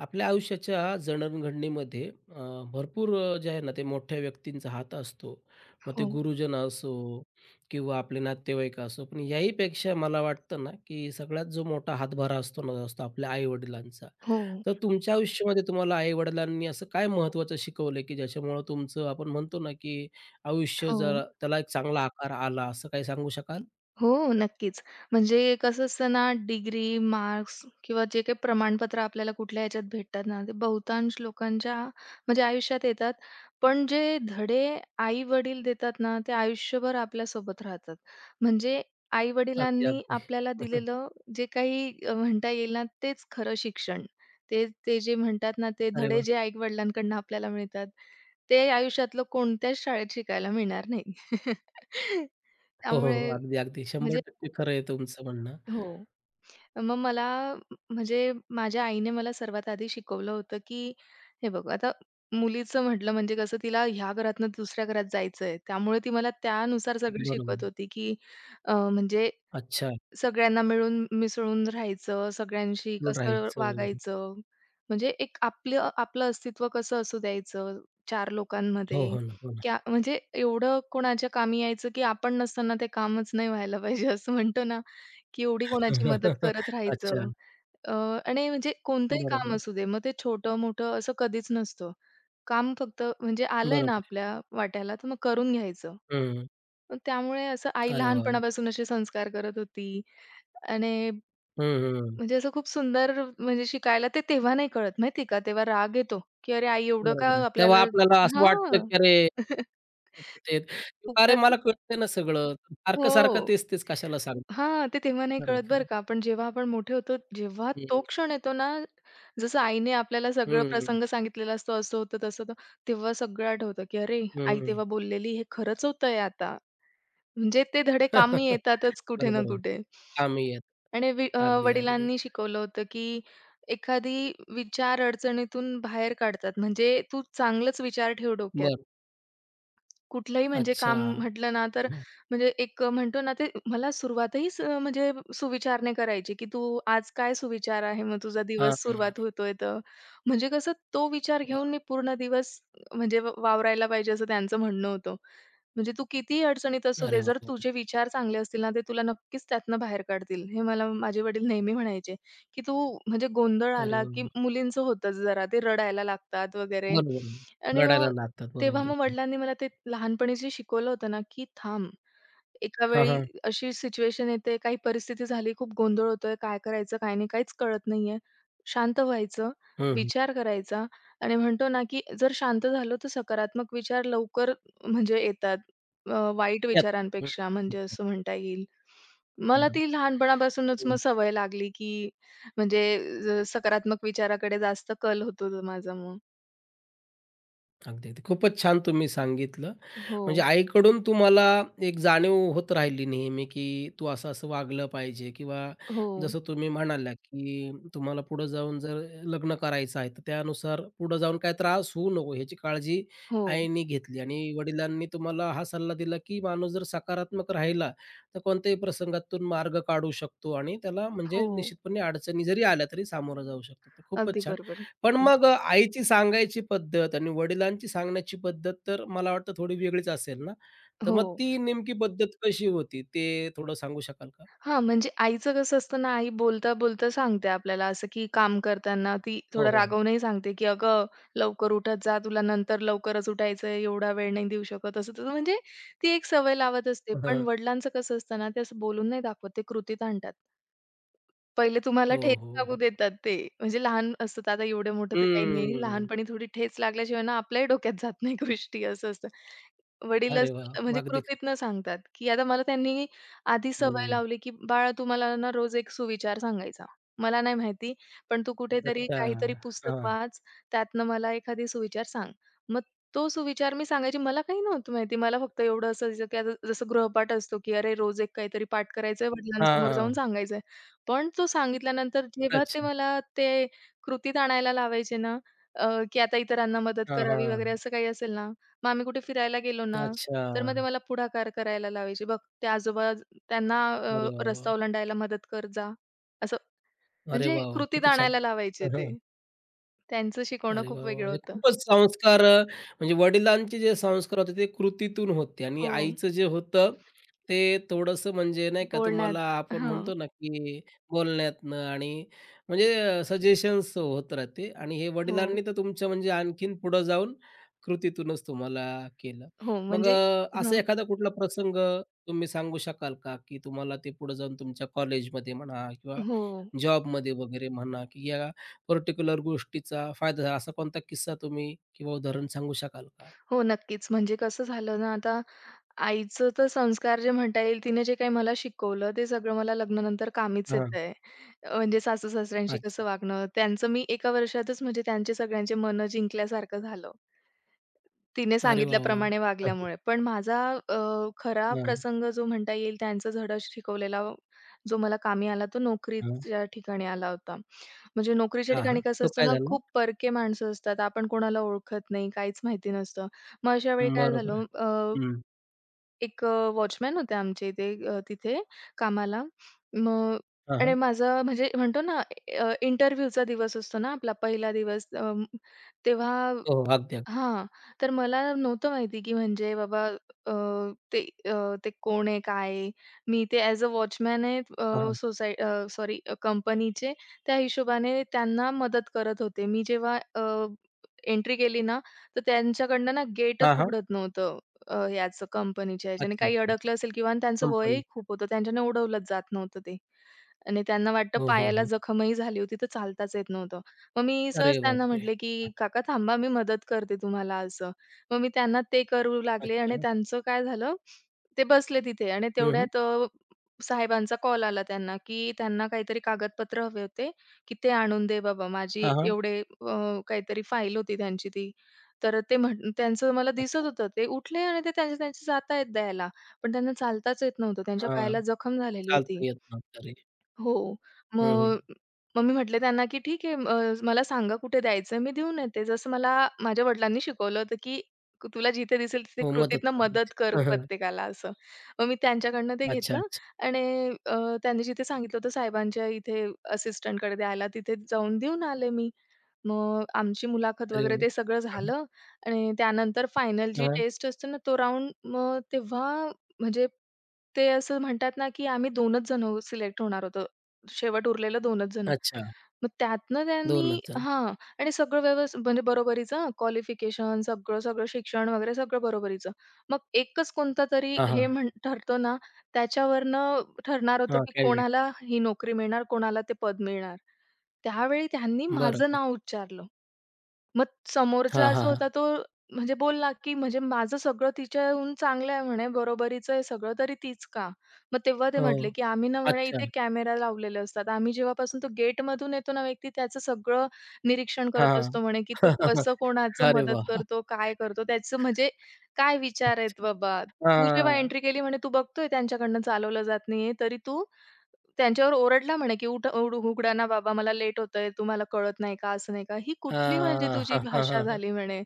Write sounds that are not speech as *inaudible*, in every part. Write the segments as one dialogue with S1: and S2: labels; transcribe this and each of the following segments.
S1: आपल्या आयुष्याच्या जडणघडणीमध्ये अ, भरपूर जे आहे ना ते मोठ्या व्यक्तींचा हात असतो. मग ते
S2: हो,
S1: गुरुजन असो किंवा आपले नातेवाईक असो. पण याहीपेक्षा मला वाटतं ना, की सगळ्यात जो मोठा हातभारा असतो ना, असतो आपल्या आई-वडिलांचा.
S2: हो,
S1: तर तुमच्या आयुष्यामध्ये तुम्हाला आई असं काय महत्त्वाचं शिकवलंय, की ज्याच्यामुळं तुमचं आपण म्हणतो ना, की आयुष्य
S2: हो.
S1: जरा त्याला एक चांगला आकार आला, असं काही सांगू शकाल?
S2: हो, नक्कीच. म्हणजे कसं असतं ना, डिग्री, मार्क्स किंवा जे काही प्रमाणपत्र आपल्याला कुठल्या ह्याच्यात भेटतात ना, ते बहुतांश लोकांच्या म्हणजे आयुष्यात येतात. पण जे धडे आई-वडील देतात ना, ते आयुष्यभर आपल्यासोबत राहतात. म्हणजे
S1: अगदी,
S2: आई-वडिलांनी
S1: अगदी.
S2: आपल्याला
S1: *laughs*
S2: दिलेलं जे काही म्हणता येईल ना, तेच खरं शिक्षण. ते ते जे म्हणतात ना, ते
S1: अरे
S2: धडे
S1: वाह!
S2: जे आई-वडिलांकडून आपल्याला मिळतात, ते आयुष्यातलं कोणत्याच शाळेत शिकायला मिळणार नाही. *laughs*
S1: हो, हो, हो.
S2: त्यामुळे
S1: अगदी, अगदी.
S2: म्हणजे
S1: 100% खरं आहे तुमचं म्हणणं.
S2: हो. मग मला म्हणजे माझ्या आईने मला सर्वात आधी शिकवलं होतं, की हे बघ आता मुलीचं म्हटलं म्हणजे कसं तिला ह्या घरातनं दुसऱ्या घरात जायचंय. त्यामुळे ती मला त्यानुसार सगळं शिकवत
S1: बरोबर.
S2: होती, की म्हणजे
S1: अच्छा.
S2: सगळ्यांना मिळून मिसळून राहायचं, सगळ्यांशी कसं
S1: राहायचं.
S2: वागायचं, म्हणजे एक आपलं आपलं अस्तित्व कसं असू द्यायचं 4
S1: हो,
S2: लोकांमध्ये,
S1: हो ना, हो ना.
S2: क्या म्हणजे एवढं कोणाच्या कामी यायचं, की आपण नसताना ते कामच नाही व्हायला पाहिजे असं म्हणतो ना, की एवढी कोणाची मदत
S1: *laughs*
S2: करत
S1: अच्छा.
S2: राहायचं. अ, आणि म्हणजे कोणतंही
S1: बरोबर
S2: काम
S1: आहे,
S2: असू दे, मग ते छोटं-मोठं असं कधीच नसतं. काम फक्त म्हणजे आलंय ना
S1: बरोबर आहे.
S2: आपल्या वाट्याला, तर मग करून घ्यायचं.
S1: हं.
S2: मग त्यामुळे असं आई
S1: अरे वाह!
S2: लहानपणापासून असे संस्कार करत होती आणि
S1: हं, हं.
S2: म्हणजे असं खूप सुंदर म्हणजे शिकायला ते तेव्हा नाही कळत माहिती आहे का? तेव्हा राग येतो, की "अरे आई एवढं का
S1: बरोबर आहे.
S2: आपल्याला"
S1: तेव्हा आपल्याला असं वाटतं,
S2: हां.
S1: की अरे
S2: *laughs*
S1: ते किंवा अरे
S2: खूपच
S1: मला कळतंय ना सगळं.
S2: हो.
S1: सारखं-सारखं तेच-तेच कशाला सांगू.
S2: हां, ते तेव्हा नाही
S1: खरं आहे,
S2: कळत
S1: खरं
S2: बरं
S1: आहे.
S2: का. पण जेव्हा आपण मोठे होतो, जेव्हा तो क्षण येतो ना, जसं आईने आपल्याला सगळं
S1: हं,
S2: प्रसंग सांगितलेला असतो, असं होतं, तसं होतं, तेव्हा सगळं आठवतं, की "अरे, आई तेव्हा
S1: *laughs*
S2: बोललेली हे खरंच होतंय आता." म्हणजे ते धडे कामी येतातच कुठे ना
S1: बरोबर आहे.
S2: कुठे.
S1: कामी आहेत.
S2: आणि
S1: अगदी, अगदी.
S2: वडिलांनी शिकवलं होतं, की एखादी विचार अडचणीतून बाहेर काढतात. म्हणजे तू चांगलंच विचार ठेव डोक्यात.
S1: बरं.
S2: कुठलंही म्हणजे
S1: अच्छा.
S2: काम म्हटलं ना, तर
S1: हं.
S2: म्हणजे एक म्हणतो ना, ते मला सुरुवातही स म्हणजे सुविचार नाही करायची, की "तू आज काय सुविचार आहे? मग तुझा
S1: हां,
S2: दिवस
S1: हां.
S2: सुरुवात होतोय तर." म्हणजे कसं तो विचार घेऊन
S1: बरं.
S2: मी पूर्ण दिवस म्हणजे वावरायला पाहिजे असं त्यांचं म्हणणं होतं. म्हणजे तू कितीही अडचणीत असू दे,
S1: अरे
S2: जर
S1: वाह!
S2: तुझे विचार चांगले असतील ना, ते तुला नक्कीच त्यातनं बाहेर काढतील. हे मला माझे वडील नेहमी म्हणायचे, की तू म्हणजे गोंधळ आला,
S1: अरे
S2: की
S1: वाह!
S2: मुलींचं होतंच जरा, ते रडायला लागतात वगैरे
S1: बरोबर आहे.
S2: आणि मग
S1: रडायला लागतात.
S2: तेव्हा
S1: बरोबर
S2: मग
S1: आहे.
S2: वडिलांनी मला ते लहानपणी जे शिकवलं होतं ना, की थांब. एका
S1: हां,
S2: वेळी
S1: हां.
S2: अशी सिच्युएशन येते, काही परिस्थिती झाली, खूप गोंधळ होतोय, काय करायचं, काय नाही, काहीच कळत नाहीये. शांत व्हायचं,
S1: हं.
S2: विचार करायचा आणि म्हणतो ना, की जर शांत झालो, तर सकारात्मक विचार लवकर म्हणजे येतात वाईट
S1: यात हं,
S2: विचारांपेक्षा म्हणजे असं म्हणता येईल.
S1: हं,
S2: मला
S1: हं.
S2: ती लहानपणापासूनच
S1: बरोबर.
S2: मग
S1: हो,
S2: सवय लागली, की म्हणजे सकारात्मक विचाराकडे जास्त कल होतो तो माझा मग.
S1: अगदी, अगदी. खूपच छान तुम्ही सांगितलं.
S2: हो,
S1: म्हणजे आईकडून तुम्हाला एक जाणीव होत राहिली नेहमी, की तू असं-असं वागलं पाहिजे किंवा
S2: हो,
S1: जसं तुम्ही म्हणाल्या, की तुम्हाला पुढे जाऊन जर लग्न करायचं आहे, तर त्यानुसार पुढे जाऊन काही त्रास होऊ नको ह्याची काळजी
S2: हो,
S1: आईनी घेतली आणि वडिलांनी तुम्हाला हा सल्ला दिला, की माणूस जर सकारात्मक राहिला, तर कोणत्याही प्रसंगातून मार्ग काढू शकतो आणि त्याला
S2: हो.
S1: म्हणजे निश्चितपणे अडचणी जरी आल्या तरी सामोरं जाऊ शकतो. तर
S2: अगदी
S1: खूपच छान.
S2: बरोबर.
S1: पण
S2: हो,
S1: मग आईची सांगायची पद्धत आणि वडिलांची सांगण्याची पद्धत तर मला वाटतं थोडी वेगळीच असेल ना? तर
S2: हो.
S1: मग ती नेमकी पद्धत कशी होती ते थोडं सांगू शकाल का?
S2: हां, म्हणजे आईचं कसं असतं ना, आई बोलता-बोलता सांगते आपल्याला असं, की काम करताना ती
S1: हो,
S2: थोडं
S1: हो.
S2: रागवूनही सांगते, की "अगं, लवकर उठत जा, तुला नंतर लवकरच उठायचं आहे, एवढा वेळ नाही देऊ शकत." असं-तसं म्हणजे ती एक सवय लावत असते. पण
S1: *laughs*
S2: वडिलांचं कसं असतं ना, ते असं बोलून नाही दाखवत, ते कृतीत आणतात. पहिले तुम्हाला
S1: हो,
S2: ठेच
S1: हो,
S2: लागू
S1: हो.
S2: देतात ते. म्हणजे लहान असतात आता एवढं मोठं तर काही नाही.
S1: हम्म.
S2: लहानपणी थोडी ठेच लागल्याशिवाय ना आपल्याही डोक्यात जात नाही *laughs* गोष्टी असं असतं. वडील
S1: अरे
S2: असं
S1: वाह!
S2: म्हणजे
S1: अगदी खरं.
S2: कृतीतनं सांगतात, की आता मला त्यांनी आधी सवय
S1: हं.
S2: लावली, की "बाळा तू मला ना रोज एक सुविचार सांगायचा. मला नाही माहिती, पण तू कुठेतरी
S1: अच्छा.
S2: काहीतरी पुस्तक
S1: हां.
S2: वाच, त्यातनं मला एखादी सुविचार सांग." मग तो सुविचार मी सांगायची. मला काही नव्हतं माहिती. मला फक्त एवढं असायचं, की आता जसं गृहपाठ असतो, की अरे रोज एक काहीतरी पाठ करायचंय,
S1: हां,
S2: वडिलांसमोर
S1: हां.
S2: जाऊन सांगायचं. पण तो सांगितल्यानंतर जेव्हा ते
S1: अच्छा.
S2: मला ते कृतीत आणायला लावायचे ना, अ, की आता इतरांना मदत
S1: हां,
S2: करावी वगैरे
S1: हां.
S2: असं काही असेल ना, मग आम्ही कुठे फिरायला गेलो ना,
S1: अच्छा.
S2: तर मग ते मला पुढाकार करायला लावायचे. "बघ ते आजोबा त्यांना
S1: अरे वाह,
S2: रस्ता
S1: वाह!
S2: ओलांडायला मदत कर जा." असं
S1: अरे
S2: म्हणजे
S1: वाह, वाह!
S2: कृतीत
S1: किती छान.
S2: आणायला लावायचे ते.
S1: *laughs*
S2: त्यांचं शिकवणं
S1: अरे
S2: खूप
S1: वाह, वाह!
S2: वेगळं
S1: म्हणजे
S2: होतं.
S1: खूपच संस्कार म्हणजे वडिलांचे जे संस्कार होते ते कृतीतून होते आणि
S2: हो.
S1: आईचं जे होतं ते थोडंसं म्हणजे नाही का तुम्हाला
S2: बोलण्यात
S1: आपण
S2: हां.
S1: म्हणतो ना, की बोलण्यातनं आणि म्हणजे सजेशन्स होत राहते आणि हे
S2: हो.
S1: वडिलांनी तर तुमच्या म्हणजे आणखीन पुढं जाऊन कृतीतूनच तुम्हाला केलं.
S2: हो.
S1: मग
S2: म्हणजे हां.
S1: असा एखादा कुठला प्रसंग तुम्ही सांगू शकाल का, की तुम्हाला ते पुढे जाऊन तुमच्या कॉलेजमध्ये म्हणा किंवा
S2: हो.
S1: जॉबमध्ये वगैरे म्हणा, की या पर्टिक्युलर गोष्टीचा फायदा झाला, असा कोणता किस्सा तुम्ही किंवा उदाहरण सांगू शकाल का?
S2: हो, नक्कीच. म्हणजे कसं झालं ना आता आईचं तर संस्कार जे म्हणता येईल, तिने जे काही मला शिकवलं, ते सगळं मला लग्नानंतर कामीच
S1: हां.
S2: येतंय. म्हणजे सासू-सासऱ्यांशी कसं
S1: अच्छा.
S2: वागणं, त्यांचं मी एका वर्षातच म्हणजे त्यांचे सगळ्यांचे मनं जिंकल्यासारखं झालं. तिने
S1: अरे वाह, वाह,
S2: सांगितल्याप्रमाणे वागल्यामुळे. पण माझा अ, खरा
S1: हां,
S2: प्रसंग जो म्हणता येईल, त्यांचा धडा शिकवलेला जो मला कामी आला, तो
S1: हां.
S2: नोकरीच्या ठिकाणी आला होता. म्हणजे नोकरीच्या
S1: हां,
S2: ठिकाणी
S1: हां.
S2: कसं
S1: तो
S2: असतं
S1: काय
S2: ना,
S1: झाला?
S2: खूप परके माणसं असतात. आपण कोणाला ओळखत नाही, काहीच माहिती नसतं. मग अशा वेळी काय
S1: बरोबर
S2: झालं
S1: आहे. हं.
S2: एक वॉचमॅन होते आमच्या इथे तिथे कामाला. मग
S1: हां,
S2: आणि
S1: हां.
S2: माझा म्हणजे म्हणतो ना इंटरव्ह्यूचा दिवस असतो ना आपला पहिला दिवस तेव्हा
S1: हो, हो. अगदी, अगदी.
S2: हां. तर मला नव्हतं माहिती की म्हणजे बाबा अ, ते ते कोण आहे, काय आहे? मी ते ॲज अ वॉचमॅन आहे
S1: हां, हां.
S2: सॉरी कंपनीचे त्या हिशोबाने त्यांना मदत करत होते. मी जेव्हा एंट्री केली ना, तर त्यांच्याकडनं ना गेटच
S1: हां, हां.
S2: उघडत नव्हतं याचं कंपनीच्या ह्याच्याने.
S1: अच्छा,
S2: काही
S1: अच्छा,
S2: अडकलं
S1: अच्छा.
S2: असेल किंवा आणि त्यांचं वयही
S1: कंपनी.
S2: खूप होतं. त्यांच्याने उडवलंच जात नव्हतं ते. आणि त्यांना वाटतं
S1: हो, हो,
S2: पायाला
S1: हो.
S2: जखमही झाली होती, तर चालताच येत नव्हतं. मग मी
S1: अरे
S2: सहज त्यांना
S1: बापरे!
S2: म्हटले,
S1: अ
S2: की "काका थांबा, मी मदत करते तुम्हाला" असं. मग मी त्यांना ते करू लागले आणि
S1: अच्छा.
S2: त्यांचं काय झालं, ते बसले तिथे आणि
S1: हं, हं.
S2: तेवढ्यात साहेबांचा कॉल आला त्यांना, की त्यांना काहीतरी कागदपत्र हवे होते की "ते आणून दे बाबा, माझी
S1: हां, हां.
S2: एवढे" काहीतरी फाईल होती त्यांची ती. तर ते म्हण त्यांचं मला दिसत
S1: अच्छा.
S2: होतं. ते उठले आणि ते त्यांचे त्यांचे जातायत द्यायला. पण त्यांना चालताच येत नव्हतं. त्यांच्या
S1: हां.
S2: पायाला जखम झालेली होती.
S1: चालता येत नव्हतं. अरे!
S2: हो.
S1: हं, हं.
S2: मग मग मी म्हटले त्यांना, की "ठीक आहे, मला सांगा कुठे द्यायचं, मी देऊन येते." जसं मला माझ्या वडिलांनी शिकवलं होतं, की तुला जिथे दिसेल तिथे
S1: हो, मदत
S2: कृतीतनं मदत
S1: करायची.
S2: कर
S1: हं, हं.
S2: प्रत्येकाला असं. मग मी त्यांच्याकडनं ते
S1: अच्छा,
S2: घेतलं
S1: अच्छा.
S2: आणि त्यांनी जिथे सांगितलं होतं साहेबांच्या इथे असिस्टंटकडे द्यायला, तिथे जाऊन देऊन आले मी. मग आमची मुलाखत
S1: अरे
S2: वगैरे
S1: वाह!
S2: ते सगळं
S1: हं, हं.
S2: झालं आणि त्यानंतर फायनल
S1: हां.
S2: जी
S1: हां.
S2: टेस्ट असते ना, तो राउंड मग तेव्हा म्हणजे ते असं म्हणतात ना, की आम्ही 2च जण हो सिलेक्ट होणार होतो. शेवट उरलेलं 2च जण.
S1: अच्छा.
S2: मग त्यातनं
S1: 2च
S2: त्यांनी
S1: जण.
S2: हां. आणि सगळं व्यवस्थित म्हणजे बरोबरीचं क्वालिफिकेशन सगळं, सगळं शिक्षण वगैरे सगळं बरोबरीचं. मग एकच कोणता तरी
S1: हां, हां.
S2: हे म्हण ठरतो ना, त्याच्यावरनं ठरणार होतं,
S1: हां.
S2: की
S1: काय
S2: कोणाला ही नोकरी मिळणार, कोणाला ते पद मिळणार. त्यावेळी त्यांनी माझं
S1: बरोबर.
S2: नाव उच्चारलं. मग
S1: हां,
S2: समोरचा
S1: हां,
S2: जो
S1: हां.
S2: होता तो म्हणजे बोलला, की म्हणजे माझं सगळं तिच्याहून चांगलं आहे म्हणे, बरोबरीचं आहे सगळं, तरी तीच का? मग तेव्हा ते
S1: हो.
S2: म्हटले, की आम्ही ना म्हणे
S1: अच्छा.
S2: इथे कॅमेरा लावलेले असतात. आम्ही जेव्हापासून तो गेटमधून येतो ना व्यक्ती त्याचं सगळं निरीक्षण करत
S1: हां.
S2: असतो म्हणे, की तो
S1: *laughs*
S2: कसं कोणाचं
S1: अरे
S2: मदत
S1: वाह!
S2: करतो, काय करतो, त्याचं म्हणजे काय विचार आहेत बाबा. तू जेव्हा
S1: हां.
S2: एंट्री केली म्हणे, तू बघतोय त्यांच्याकडनं चालवलं जात नाहीये, तरी तू त्यांच्यावर ओरडला म्हणे, की "उठ उड उघडा ना बाबा, मला लेट होतंय. तुम्हाला कळत नाही का?" असं नाही का. "ही कुठली म्हणजे
S1: हां.
S2: तुझी
S1: हां, हां,
S2: भाषा
S1: हां, हां.
S2: झाली?" म्हणे.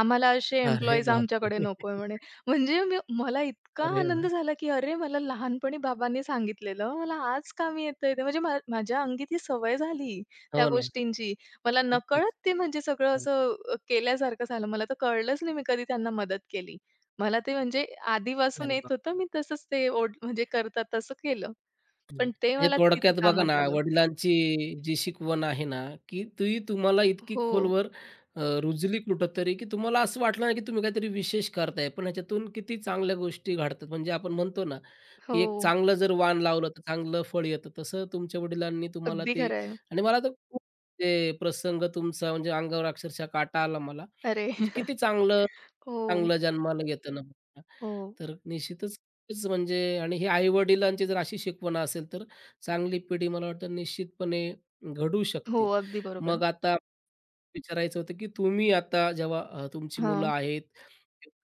S2: "आम्हाला असे
S1: अरे
S2: एम्प्लॉईज आमच्याकडे
S1: बापरे!
S2: नकोय" म्हणे. म्हणजे मी मला इतका
S1: अरे
S2: आनंद
S1: वाह!
S2: झाला, की अरे मला लहानपणी बाबांनी सांगितलेलं, मला आज कामी येतंय ते. म्हणजे माझ्या अंगी ती सवय झाली त्या
S1: हो ना.
S2: गोष्टींची. मला नकळत
S1: खूपच.
S2: ते म्हणजे सगळं
S1: हं.
S2: असं केल्यासारखं झालं. मला तर कळलंच नाही मी कधी त्यांना मदत केली. मला ते म्हणजे आधीपासून
S1: अरे
S2: येत होतं.
S1: बापरे!
S2: मी तसंच ते ओढ म्हणजे करतात तसं केलं.
S1: हं,
S2: पण ते
S1: म्हणजे
S2: मला तिथे
S1: थोडक्यात बघा ना,
S2: कामात आलं.
S1: वडिलांची जी शिकवण आहे ना, की ती तुम्हाला इतकी
S2: हो,
S1: खोलवर रुजली कुठेतरी, की तुम्हाला असं वाटलं ना, की तुम्ही काहीतरी विशेष करताय. पण ह्याच्यातून किती चांगल्या गोष्टी घडतात. म्हणजे आपण म्हणतो ना, की एक
S2: हो.
S1: चांगलं जर वाण लावलं, तर चांगलं फळ येतं. तसं तुमच्या वडिलांनी तुम्हाला
S2: अगदी
S1: ते
S2: खरं आहे.
S1: आणि मला तर खूप ते प्रसंग तुमचा म्हणजे अंगावर अक्षरशः काटा आला मला.
S2: अरे!
S1: म्हणजे किती
S2: *laughs*
S1: चांगलं,
S2: हो,
S1: चांगलं जन्माला येतं ना.
S2: हो,
S1: तर निश्चितच तेच म्हणजे आणि हे आई-वडिलांची जर अशी शिकवण असेल, तर चांगली पिढी मला वाटतं निश्चितपणे घडवू
S2: हो.
S1: शकतील.
S2: अगदी बरोबर.
S1: मग आता विचारायचं होतं, की तुम्ही आता जेव्हा तुमची मुलं
S2: हां,
S1: आहेत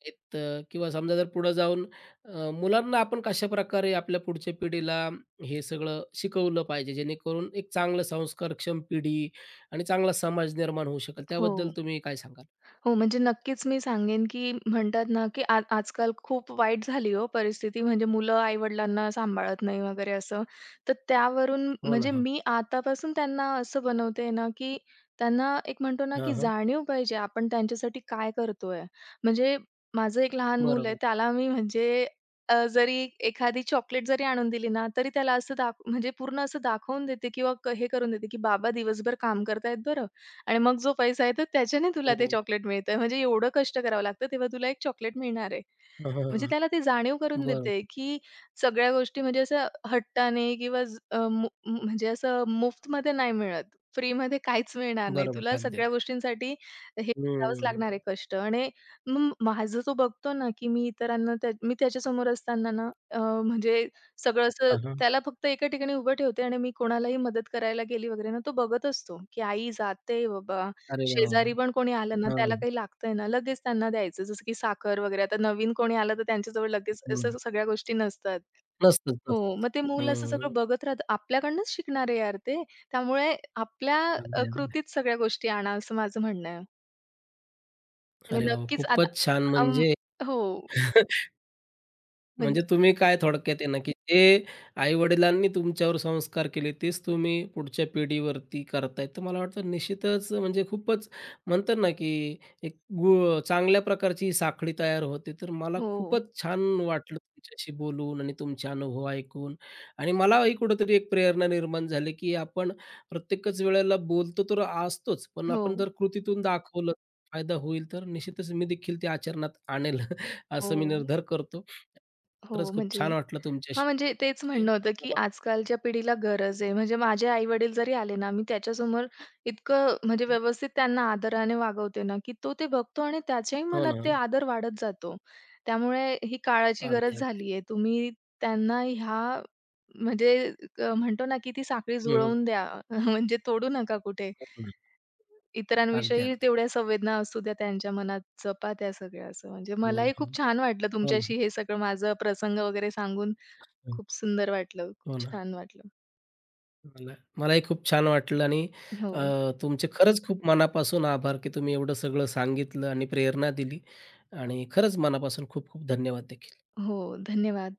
S1: आहेत अ, किंवा समजा जर पुढे जाऊन मुलांना आपण कशाप्रकारे आपल्या पुढच्या पिढीला हे सगळं शिकवलं पाहिजे, जेणेकरून एक चांगलं संस्कारक्षम पिढी आणि चांगला समाज निर्माण होऊ शकेल,
S2: हो.
S1: त्याबद्दल तुम्ही काय सांगाल?
S2: हो, म्हणजे नक्कीच मी सांगेन, की म्हणतात ना, की आज आजकाल खूप वाईट झाली हो परिस्थिती. म्हणजे मुलं आई-वडिलांना सांभाळत नाही वगैरे असं. तर त्यावरून
S1: हो ना.
S2: म्हणजे
S1: हां.
S2: मी आतापासून त्यांना असं बनवते ना, की त्यांना एक म्हणतो ना,
S1: हां,
S2: की
S1: हां.
S2: जाणीव पाहिजे आपण त्यांच्यासाठी काय करतोय. म्हणजे माझं एक लहान मूल आहे,
S1: बरोबर.
S2: त्याला मी म्हणजे जरी एखादी चॉकलेट जरी आणून दिली ना, तरी त्याला असं दाख म्हणजे पूर्ण असं दाखवून देते किंवा क हे करून देते, की "बाबा दिवसभर काम करतायत बरं. आणि मग जो पैसा आहे, तर त्याच्याने तुला ते
S1: हो.
S2: चॉकलेट मिळतंय. म्हणजे एवढं कष्ट करावं लागतं, तेव्हा तुला एक चॉकलेट मिळणार आहे.
S1: हां, हां,
S2: म्हणजे
S1: हां.
S2: त्याला ती जाणीव करून
S1: बरोबर.
S2: देते, की सगळ्या गोष्टी म्हणजे असं हट्टाने किंवा ज अ, मु मु- म्हणजे असं मुफ्तमध्ये नाही मिळत. फ्रीमध्ये काहीच मिळणार नाही.
S1: बरोबर
S2: तुला
S1: आहे. अगदी,
S2: सगळ्या
S1: अगदी.
S2: गोष्टींसाठी हे करावंच लागणार आहे
S1: हम्म.
S2: कष्ट. आणि मग माझं तो बघतो ना, की मी इतरांना त्या मी त्याच्यासमोर असताना ना, म्हणजे सगळं असं
S1: हां, हां.
S2: त्याला फक्त एका ठिकाणी उभं ठेवते आणि मी कोणालाही मदत करायला गेली वगैरे ना, तो बघत असतो, की आई जाते बाबा.
S1: अरे वाह!
S2: शेजारी पण कोणी आलं ना,
S1: वाह! हां,
S2: त्याला काही लागतंय ना, लगेच त्यांना द्यायचं. जसं की साखर वगैरे. आता नवीन कोणी आलं, तर त्यांच्याजवळ लगेच
S1: बोला.
S2: असं सगळ्या गोष्टी नसतात.
S1: नसतंच,
S2: हो,
S1: नसतं.
S2: मग ते मूल असं
S1: हं.
S2: सगळं बघत राहतं. आपल्याकडनंच शिकणार आहे यार ते. त्यामुळे आपल्या
S1: अगदी, अगदी.
S2: कृतीत सगळ्या गोष्टी आणा, असं माझं म्हणणं आहे. आणि
S1: अरे वाह!
S2: नक्कीच आता
S1: खूपच छान
S2: अं,
S1: म्हणजे
S2: हो.
S1: *laughs*
S2: म्हण
S1: म्हणजे तुम्ही काय थोडक्यात आहे ना, की जे आई-वडिलांनी तुमच्यावर संस्कार केले, तेच तुम्ही पुढच्या पिढीवरती करताय. तर मला वाटतं निश्चितच म्हणजे खूपच म्हणतात ना, की एक गु चांगल्या प्रकारची ही साखळी तयार होते. तर मला
S2: हो,
S1: खूपच छान वाटलं तुमच्याशी बोलून आणि तुमचे अनुभव ऐकून आणि मलाही कुठेतरी एक प्रेरणा निर्माण झाली, की आपण प्रत्येकच वेळेला बोलतो तर असतोच, पण
S2: हो,
S1: आपण जर कृतीतून दाखवलं, फायदा होईल. तर निश्चितच मी देखील ते आचरणात आणेल, *laughs*
S2: हो,
S1: असं मी निर्धार करतो.
S2: हो,
S1: खरंच खूप
S2: म्हणजे
S1: छान वाटलं
S2: हां,
S1: तुमच्याशी
S2: म्हणजे तेच
S1: म्हणजे
S2: म्हणणं होतं, की आजकालच्या पिढीला गरज आहे. म्हणजे माझे आई-वडील जरी आले ना, मी त्याच्यासमोर इतकं म्हणजे व्यवस्थित त्यांना आदराने वागवते ना, की तो ते बघतो आणि त्याच्याही
S1: हो
S2: मनात
S1: ना, हो
S2: ते
S1: ना.
S2: आदर वाढत जातो. त्यामुळे ही काळाची
S1: अगदी,
S2: गरज
S1: अगदी.
S2: झाली तुम्ही त्यांना ह्या म्हणजे म्हणतो ना, की ती साखळी
S1: हं, हं.
S2: जुळवून द्या. *laughs* म्हणजे तोडू नका कुठे.
S1: हो ना. अगदी,
S2: इतरांविषयी
S1: अगदी.
S2: तेवढ्या संवेदना असू द्या त्यांच्या मनात, जपा त्या सगळ्या असं. म्हणजे
S1: हो
S2: मलाही
S1: ना,
S2: खूप छान वाटलं
S1: हो ना,
S2: तुमच्याशी हे सगळं माझं प्रसंग वगैरे सांगून. खूप सुंदर वाटलं, खूप
S1: हो ना, हो ना.
S2: छान वाटलं.
S1: मला मलाही खूप छान वाटलं आणि
S2: हो,
S1: तुमचे खरंच खूप मनापासून आभार, की तुम्ही एवढं सगळं सांगितलं आणि प्रेरणा दिली आणि खरंच मनापासून खूप खूप धन्यवाद देखील.
S2: हो. धन्यवाद.